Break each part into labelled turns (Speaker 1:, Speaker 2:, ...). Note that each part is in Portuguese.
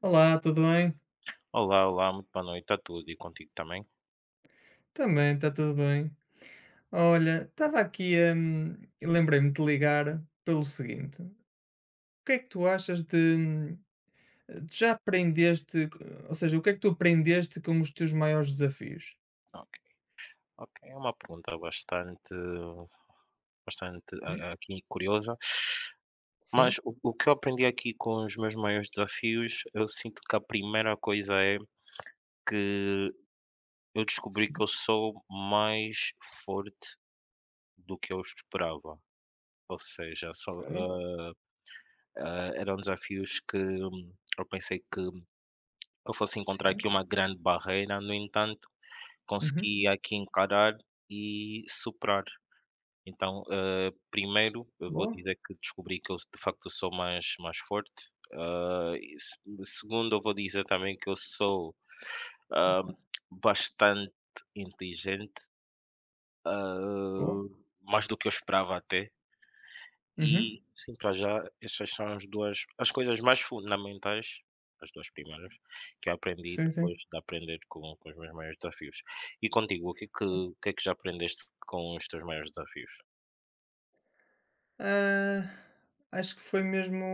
Speaker 1: Olá, tudo bem?
Speaker 2: Olá, olá, muito boa noite a tudo e contigo também?
Speaker 1: Também está tudo bem. Olha, estava aqui e lembrei-me de ligar pelo seguinte: o que é que tu achas de. Tu já aprendeste, ou seja, o que é que tu aprendeste com os teus maiores desafios?
Speaker 2: Ok, ok, é uma pergunta bastante,
Speaker 1: Hum?
Speaker 2: aqui curiosa, mas
Speaker 1: Sim,
Speaker 2: o que eu aprendi aqui com os meus maiores desafios, eu sinto que a primeira coisa é que eu descobri que
Speaker 1: sim,
Speaker 2: eu sou mais forte do que eu esperava, ou seja, só,
Speaker 1: ok,
Speaker 2: eram desafios que eu pensei que eu fosse encontrar
Speaker 1: sim.
Speaker 2: aqui uma grande barreira, no entanto,
Speaker 1: Uhum.
Speaker 2: consegui aqui encarar e superar. Então, primeiro eu vou
Speaker 1: Boa.
Speaker 2: dizer que descobri que eu de facto sou mais forte, e se segundo eu vou dizer também que eu sou, ah,
Speaker 1: Ok.
Speaker 2: bastante inteligente,
Speaker 1: Boa.
Speaker 2: ah, mais do que eu esperava até,
Speaker 1: Uhum.
Speaker 2: e sim, para já essas são as 2 as coisas mais fundamentais, as 2 primeiras, que eu aprendi
Speaker 1: Sim,
Speaker 2: depois
Speaker 1: sim.
Speaker 2: de aprender com os meus maiores desafios. E contigo, o que é que já aprendeste com os teus maiores desafios?
Speaker 1: Ah, acho que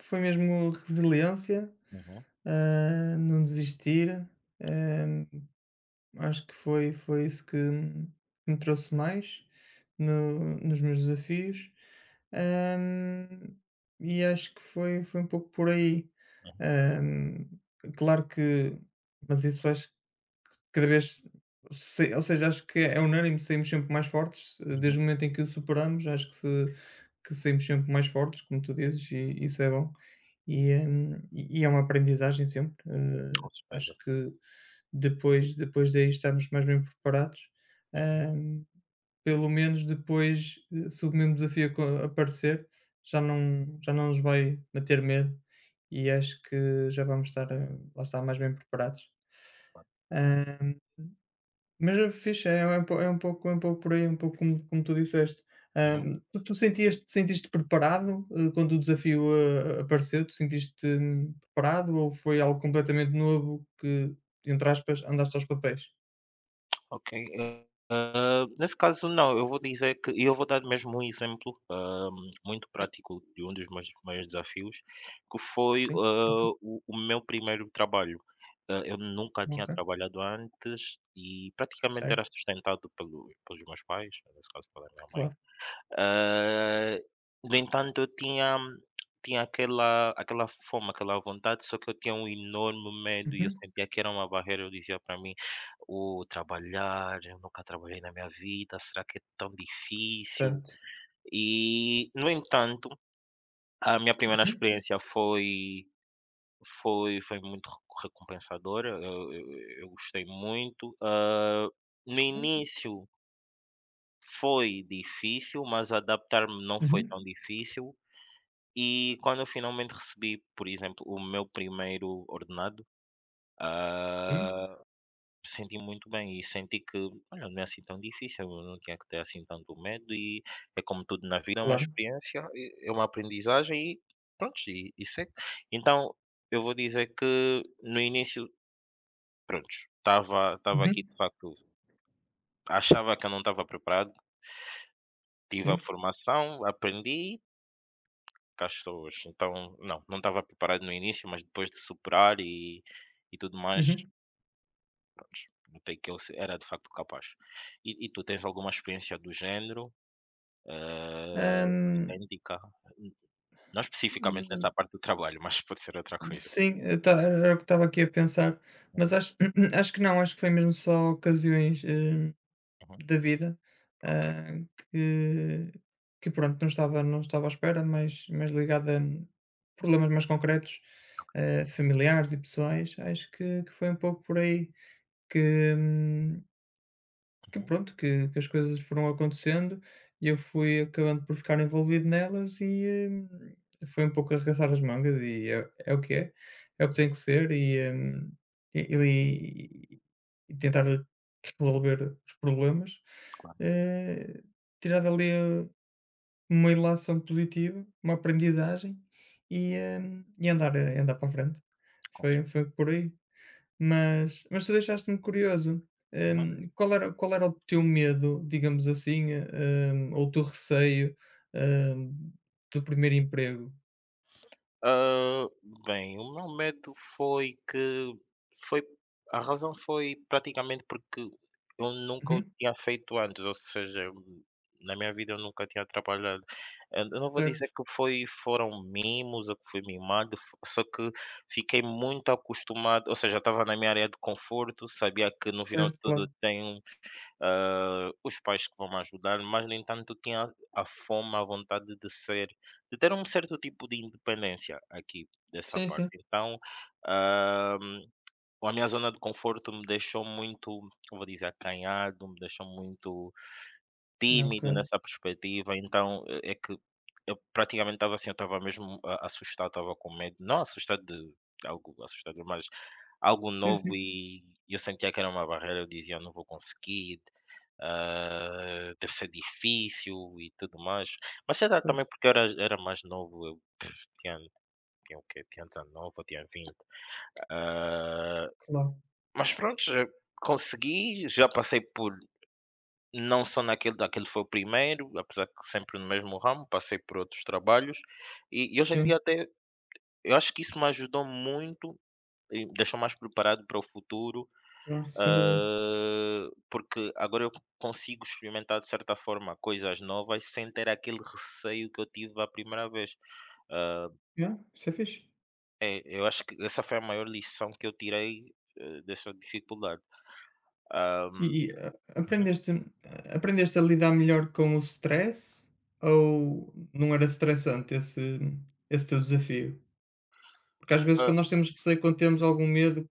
Speaker 1: foi mesmo resiliência,
Speaker 2: Uhum,
Speaker 1: não desistir. hum, Acho que foi isso que me trouxe mais no nos meus desafios, hum, e acho que foi um pouco por aí.
Speaker 2: uhum,
Speaker 1: Hum, Claro que, mas isso acho. Cada vez, se, ou seja, acho que é unânime, saímos sempre mais fortes, desde
Speaker 2: uhum.
Speaker 1: o momento em que o superamos, acho que se que saímos sempre mais fortes, como tu dizes, e isso é bom. E, e é uma aprendizagem sempre,
Speaker 2: Com
Speaker 1: acho
Speaker 2: certeza.
Speaker 1: que depois daí estamos mais bem preparados,
Speaker 2: Uhum,
Speaker 1: hum, pelo menos depois, se o mesmo desafio aco aparecer, já não nos vai bater medo, e acho que já vamos estar, lá está, mais bem preparados. Ehm, mas é fixe, é um pou é um pouco, é um pouco por aí, um pouco como tu disseste.
Speaker 2: uhum.
Speaker 1: Tu sentias, te sentiste preparado, quando o desafio, apareceu? Tu sentiste, preparado ou foi algo completamente novo que, entre aspas, "andaste aos papéis"?
Speaker 2: Ok, nesse caso não, eu vou dizer que e eu vou dar mesmo um exemplo, muito
Speaker 1: Sim,
Speaker 2: prático de um dos meus maiores desafios, que foi,
Speaker 1: sim. Ok,
Speaker 2: o meu primeiro trabalho. Eu nunca tinha
Speaker 1: ok.
Speaker 2: trabalhado antes e praticamente era
Speaker 1: Certo,
Speaker 2: sustentado pelos meus pais, nesse caso pela minha mãe.
Speaker 1: claro.
Speaker 2: Ah, no entanto, eu tinha aquela fome, aquela vontade, só que eu tinha um enorme medo e eu
Speaker 1: Uhum.
Speaker 2: sentia que era uma barreira. Eu dizia para mim: o trabalhar, eu nunca trabalhei na minha vida, será que é tão difícil?".
Speaker 1: Certo.
Speaker 2: E, no entanto, a minha primeira
Speaker 1: Uhum.
Speaker 2: experiência foi muito recu recompensadora, eu gostei muito. No
Speaker 1: Ok.
Speaker 2: início foi difícil, mas adaptar-me não foi
Speaker 1: Uhum.
Speaker 2: tão difícil. E quando eu finalmente recebi, por exemplo, o meu primeiro ordenado, ah,
Speaker 1: Sim,
Speaker 2: senti muito bem e senti que, olha, não é assim tão difícil, eu não tinha que ter assim tanto medo e é como tudo na vida, é uma
Speaker 1: claro.
Speaker 2: experiência, é uma aprendizagem e pronto, e segue. Então, eu vou dizer que no início, pronto, estava aqui
Speaker 1: Uhum.
Speaker 2: de facto, achava que eu não estava preparado, tive a
Speaker 1: Sim.
Speaker 2: formação, aprendi, cá estou hoje. Então, não, não estava preparado no início, mas depois de superar e tudo mais,
Speaker 1: Uhum.
Speaker 2: prontos, notei que ele se era de facto capaz. E tu tens alguma experiência do género, idêntica? N não especificamente nessa
Speaker 1: Hum.
Speaker 2: parte do trabalho, mas pode ser outra coisa.
Speaker 1: Sim, eu ta era o que estava aqui a pensar, mas
Speaker 2: Uhum,
Speaker 1: acho acho que não, acho que foi mesmo só ocasiões,
Speaker 2: uhum.
Speaker 1: da vida,
Speaker 2: Ok,
Speaker 1: ah, que que pronto, não estava à espera, mas ligada a problemas mais concretos,
Speaker 2: ok.
Speaker 1: familiares e pessoais, acho que foi um pouco por aí que, hum que
Speaker 2: Uhum.
Speaker 1: pronto, que as coisas foram acontecendo e eu fui acabando por ficar envolvido nelas e, foi um pouco arregaçar as mangas e é o que é, é o que
Speaker 2: É.
Speaker 1: tem que ser e, e e e tentar resolver os problemas,
Speaker 2: Claro,
Speaker 1: eh, tirar dali, uma ilação positiva, uma aprendizagem e, e andar para a frente.
Speaker 2: conte.
Speaker 1: Foi por aí. Mas tu deixaste-me curioso,
Speaker 2: Uhum.
Speaker 1: qual era o teu medo, digamos assim, ou o teu receio, hum, do primeiro emprego?
Speaker 2: Hã, Bem, o meu medo foi que foi a razão foi praticamente porque eu nunca o
Speaker 1: Uhum,
Speaker 2: tinha feito antes, ou seja, eu- na minha vida eu nunca tinha trabalhado. Eu não vou
Speaker 1: certo,
Speaker 2: dizer que foi foram mimos ou que fui mimado, fo só que fiquei muito acostumado, ou seja, estava na minha área de conforto, sabia que no final de
Speaker 1: certo,
Speaker 2: tudo
Speaker 1: claro.
Speaker 2: tenho os pais que vão me ajudar, mas no entanto eu tinha a fome, a vontade de ser, de ter um certo tipo de independência aqui dessa
Speaker 1: Sim,
Speaker 2: parte.
Speaker 1: sim.
Speaker 2: Então, ah, a minha zona de conforto me deixou muito, eu vou dizer, acanhado, me deixou muito tímido
Speaker 1: Ok.
Speaker 2: nessa perspectiva, então é que eu praticamente estava assim, eu estava mesmo a assustado, estava com medo, não assustado de algo assustador, mas algo
Speaker 1: Sim, sim,
Speaker 2: novo e eu sentia que era uma barreira, eu dizia: "Não vou conseguir, deve ser difícil e tudo mais", mas sei lá,
Speaker 1: pois,
Speaker 2: também porque eu era mais novo, tinha tinha o quê? Tinha 19 ou tinha vinte, ah,
Speaker 1: claro.
Speaker 2: mas prontos, consegui, já passei por não só naquele daquele foi o primeiro, apesar que sempre no mesmo ramo, passei por outros trabalhos, e hoje em
Speaker 1: Sim,
Speaker 2: dia até eu acho que isso me ajudou muito e me deixou mais preparado para o futuro,
Speaker 1: claro, sem dúvida.
Speaker 2: porque agora eu consigo experimentar de certa forma coisas novas sem ter aquele receio que eu tive a primeira vez. Ah,
Speaker 1: Yeah, isso é fixe.
Speaker 2: É, eu acho que essa foi a maior lição que eu tirei, dessa dificuldade. Ah,
Speaker 1: E a
Speaker 2: uhum,
Speaker 1: aprendeste a aprendeste a lidar melhor com o stress ou não era estressante esse teu desafio? Porque às vezes,
Speaker 2: ah,
Speaker 1: quando nós temos receio, quando temos algum medo,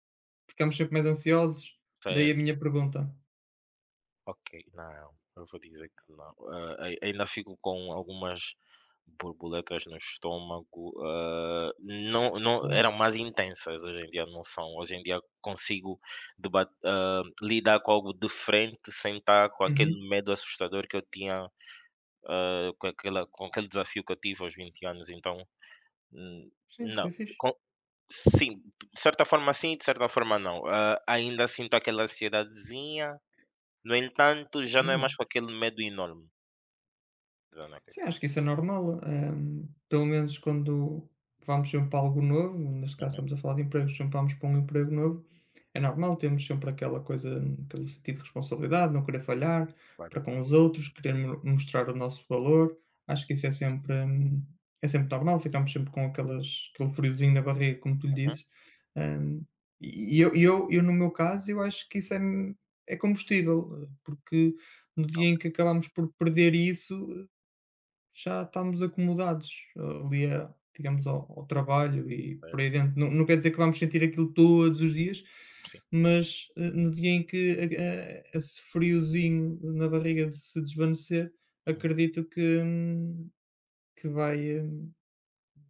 Speaker 1: ficamos sempre mais ansiosos, daí a
Speaker 2: certo.
Speaker 1: minha pergunta.
Speaker 2: Ok, não, eu vou dizer que não. Ah, ai Ainda fico com algumas borboletas no estômago, não não
Speaker 1: Claro.
Speaker 2: eram mais intensas, hoje em dia não são. Hoje em dia consigo lidar com algo de frente sem estar com aquele
Speaker 1: Uhum.
Speaker 2: medo assustador que eu tinha, com aquela com aquele desafio que eu tive aos 20 anos, então, hum,
Speaker 1: Sim, isso é
Speaker 2: não.
Speaker 1: fixe.
Speaker 2: Com sim, de certa forma sim, de certa forma não. Ainda sinto aquela ansiedadezinha, no entanto,
Speaker 1: Sim.
Speaker 2: já não é mais com aquele medo enorme. Já não é com
Speaker 1: Sim,
Speaker 2: aquilo.
Speaker 1: acho que isso é normal. Pelo menos, quando vamos sempre para algo novo, neste caso
Speaker 2: Uhum,
Speaker 1: estamos a falar de empregos, sempre vamos para um emprego novo, é normal, temos sempre aquela coisa, aquele sentido de responsabilidade, não querer falhar para
Speaker 2: claro.
Speaker 1: com os outros, querer mostrar o nosso valor. Acho que isso é sempre normal, ficamos sempre com aquelas, aquele friozinho na barriga, como tu lhe
Speaker 2: Uhum,
Speaker 1: dizes. Hum, no meu caso, eu acho que é combustível, porque no dia
Speaker 2: ok.
Speaker 1: em que acabamos por perder isso, já estamos acomodados, ali, a, digamos, ao trabalho e por aí
Speaker 2: Certo,
Speaker 1: dentro. Não, não quer dizer que vamos sentir aquilo todos os dias,
Speaker 2: sim.
Speaker 1: mas, no dia em que esse friozinho na barriga de se desvanecer,
Speaker 2: Uhum.
Speaker 1: acredito que vai, hum,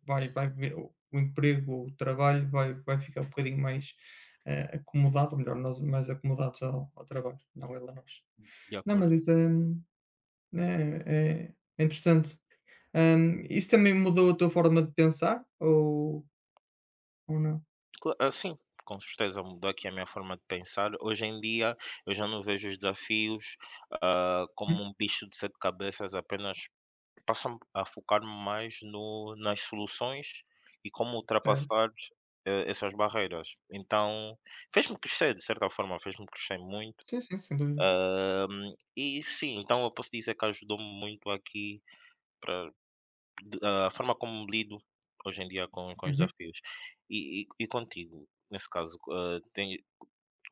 Speaker 1: vai, vai ver, o emprego ou o trabalho vai, vai ficar um bocadinho mais, acomodado, ou melhor, nós mais acomodados ao trabalho, não ele a nós.
Speaker 2: De
Speaker 1: Não, mas
Speaker 2: acordo.
Speaker 1: isso é interessante. Isso também mudou a tua forma de pensar ou não?
Speaker 2: Sim, com certeza mudou aqui a minha forma de pensar. Hoje em dia, eu já não vejo os desafios,
Speaker 1: Hum,
Speaker 2: como um bicho de 7 cabeças, apenas passo a focar-me mais no nas soluções e como
Speaker 1: Certo.
Speaker 2: ultrapassar, essas barreiras. Então, fez-me crescer de certa forma, fez-me crescer muito.
Speaker 1: Sim, sim, sem dúvida.
Speaker 2: E sim, então eu posso dizer que ajudou-me muito aqui Pra, de- a forma como lido hoje em dia com os
Speaker 1: Uhum.
Speaker 2: desafios. E contigo, nesse caso, tem,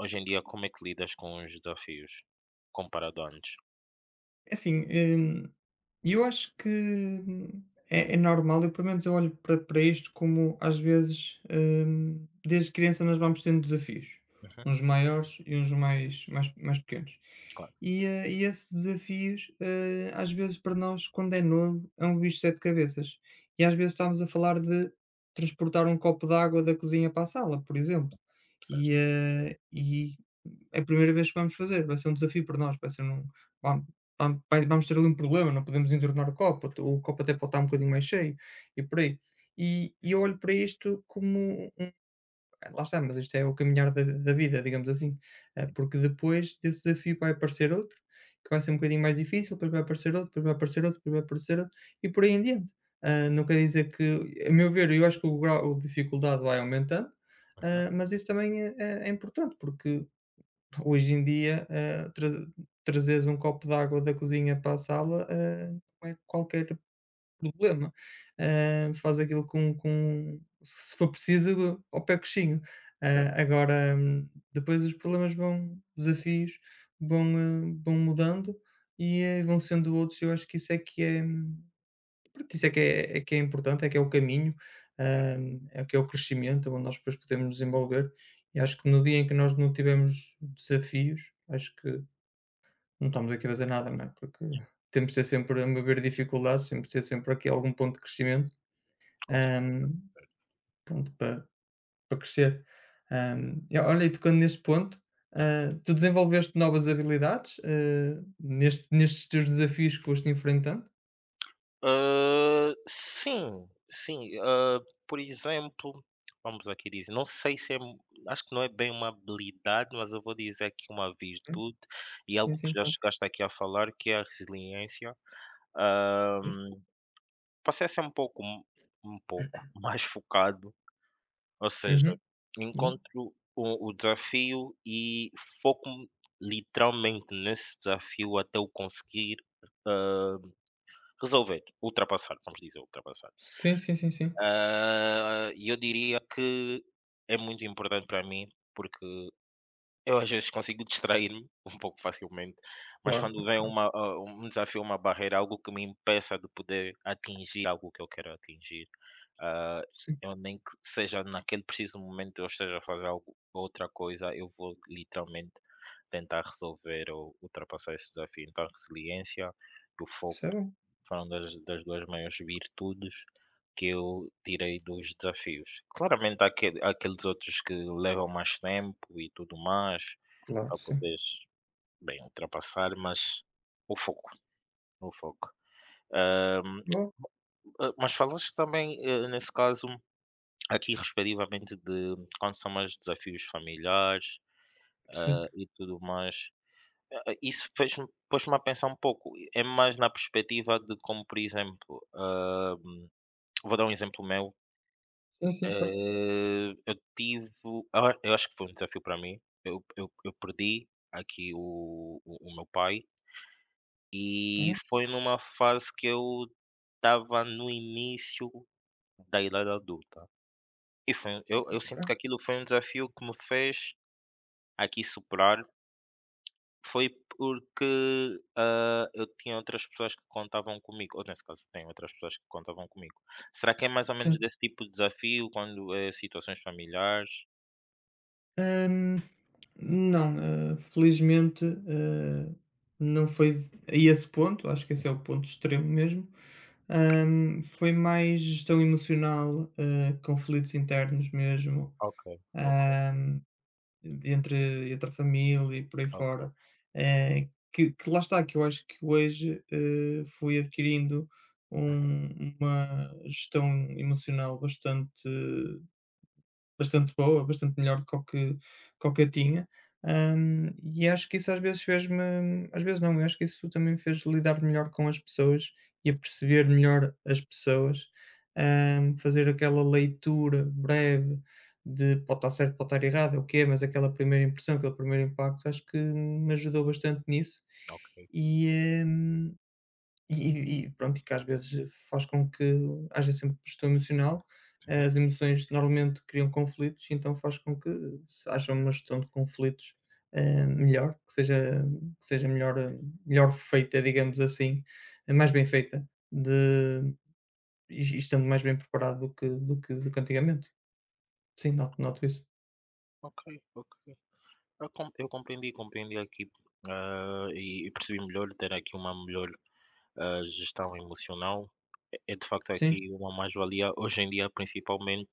Speaker 2: hoje em dia, como é que lidas com os desafios comparado a antes?
Speaker 1: É assim, hum, eu acho que, é normal, eu pelo menos eu olho para, para isto como às vezes, desde criança nós vamos tendo desafios,
Speaker 2: Uhum,
Speaker 1: uns maiores e uns mais pequenos.
Speaker 2: claro,
Speaker 1: E, e esses desafios, às vezes para nós, quando é novo, é um bicho de sete cabeças. E às vezes estamos a falar de transportar um copo de água da cozinha para a sala, por exemplo. E,
Speaker 2: certo.
Speaker 1: e é a primeira vez que vamos fazer, vai ser um desafio para nós, vai ser um, vamos tam vai vamos ter ali um problema, não podemos entornar o copo até pode estar um bocadinho mais cheio, e por aí. E eu olho para isto como um, lá está, mas isto é o caminhar da vida, digamos assim, porque depois desse desafio vai aparecer outro, que vai ser um bocadinho mais difícil, depois vai aparecer outro, depois vai aparecer outro, depois vai aparecer outro, e por aí em diante. Não quer dizer que, a meu ver, eu acho que o grau de dificuldade vai aumentando,
Speaker 2: Uhum,
Speaker 1: mas isso também é importante, porque hoje em dia, trazeres um copo de água da cozinha para a sala, não é qualquer problema. Faz aquilo com, se for preciso, ao pé coxinho.
Speaker 2: certo,
Speaker 1: Agora, depois os problemas vão, vão mudando e, vão sendo outros. Eu acho que isso é que é, isso é que é que é importante, é que é o caminho, hã, é que é o crescimento, onde nós depois podemos nos desenvolver, e acho que no dia em que nós não tivemos desafios, acho que não estamos aqui a fazer nada, não é, porque temos de ter sempre, a meu ver, dificuldades, sempre ter sempre aqui algum ponto de crescimento,
Speaker 2: com certeza.
Speaker 1: hã, pronto, para crescer. E olha, e tocando nesse ponto, tu desenvolveste novas habilidades, nestes teus desafios que foste enfrentando?
Speaker 2: Ah, sim, sim. Por exemplo, vamos aqui dizer, não sei se é, acho que não é bem uma habilidade, mas eu vou dizer aqui uma
Speaker 1: Hum,
Speaker 2: virtude e
Speaker 1: sim,
Speaker 2: algo
Speaker 1: sim,
Speaker 2: que já
Speaker 1: conta.
Speaker 2: chegaste aqui a falar, que é a resiliência.
Speaker 1: Sim.
Speaker 2: Passei a ser um pouco mais focado, ou seja,
Speaker 1: Uhum, boa.
Speaker 2: encontro o desafio e foco literalmente nesse desafio até o conseguir, ah, resolver, ultrapassar, vamos dizer ultrapassar.
Speaker 1: Sim, sim, sim, sim.
Speaker 2: E eu diria que é muito importante para mim, porque eu às vezes consigo distrair-me um pouco facilmente, mas
Speaker 1: Claro,
Speaker 2: quando vem
Speaker 1: claro.
Speaker 2: um desafio, uma barreira, algo que me impeça de poder atingir algo que eu quero atingir, ah,
Speaker 1: Sim,
Speaker 2: eu nem que seja naquele preciso momento eu esteja a fazer algo, outra coisa, eu vou literalmente tentar resolver ou ultrapassar esse desafio. Então, a resiliência e o
Speaker 1: isso
Speaker 2: foco
Speaker 1: é bom.
Speaker 2: foram das duas maiores virtudes que eu tirei dos desafios. Claramente, há aqueles outros que levam mais tempo e tudo mais,
Speaker 1: Claro,
Speaker 2: para
Speaker 1: sim.
Speaker 2: poderes, bem, ultrapassar, mas o foco, o foco. Hã,
Speaker 1: Boa.
Speaker 2: mas falaste também, nesse caso, aqui respectivamente de quando são mais desafios familiares,
Speaker 1: Sim.
Speaker 2: e tudo mais. Isso fez-me pôs-me a pensar um pouco, é mais na perspectiva de como, por exemplo, vou dar um exemplo meu,
Speaker 1: Sim, sim, força.
Speaker 2: eu tive eu acho que foi um desafio para mim, eu perdi aqui o meu pai. E
Speaker 1: Aham,
Speaker 2: foi numa fase que eu estava no início da idade adulta. E foi um eu sinto
Speaker 1: claro.
Speaker 2: que aquilo foi um desafio que me fez aqui superar, foi porque, eu tinha outras pessoas que contavam comigo, ou nesse caso tem outras pessoas que contavam comigo. Será que é mais ou menos
Speaker 1: Sim.
Speaker 2: desse tipo de desafio quando é situações familiares?
Speaker 1: Hum, não, felizmente, não foi a esse ponto, acho que esse é o ponto extremo mesmo. Foi mais gestão emocional, conflitos internos mesmo,
Speaker 2: Ok, ok,
Speaker 1: hum, entre a família e por aí fora.
Speaker 2: ok.
Speaker 1: Eh, que lá está, que eu acho que hoje, fui adquirindo
Speaker 2: Uhum,
Speaker 1: uma gestão emocional bastante, bastante boa, bastante melhor do que o que o que eu tinha, e acho que isso às vezes fez-me, às vezes não, eu acho que isso também me fez lidar melhor com as pessoas e a
Speaker 2: hum,
Speaker 1: perceber melhor as pessoas, fazer aquela leitura breve de pode estar certo, pode estar errado, é o que é, mas aquela primeira impressão, aquele primeiro impacto, acho que me ajudou bastante nisso,
Speaker 2: ok.
Speaker 1: e, e e pronto, e que às vezes faz com que haja sempre questão emocional.
Speaker 2: Uhum,
Speaker 1: As emoções normalmente criam conflitos, então faz com que se haja uma gestão de conflitos, melhor, que seja, melhor, melhor feita, digamos assim, mais bem feita, de e estando mais bem preparado do que do que antigamente. Sim, noto isso.
Speaker 2: ok, ok. Eu compreendi, compreendi aqui, e percebi melhor ter aqui uma melhor, gestão emocional. É é de facto aqui
Speaker 1: Sim,
Speaker 2: uma mais-valia hoje em dia principalmente,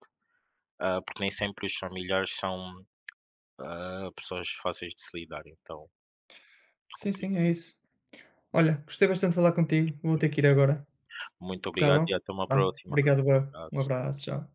Speaker 2: porque nem sempre os familiares são, pessoas fáceis de se lidar, então
Speaker 1: sim, sim,
Speaker 2: compreendo.
Speaker 1: é isso. Olha, gostei bastante de falar contigo, vou ter que ir agora,
Speaker 2: Muito
Speaker 1: está
Speaker 2: obrigado e
Speaker 1: bom?
Speaker 2: até uma
Speaker 1: Vá,
Speaker 2: próxima.
Speaker 1: obrigado eu.
Speaker 2: Um
Speaker 1: Um
Speaker 2: abraço.
Speaker 1: abraço, tchau.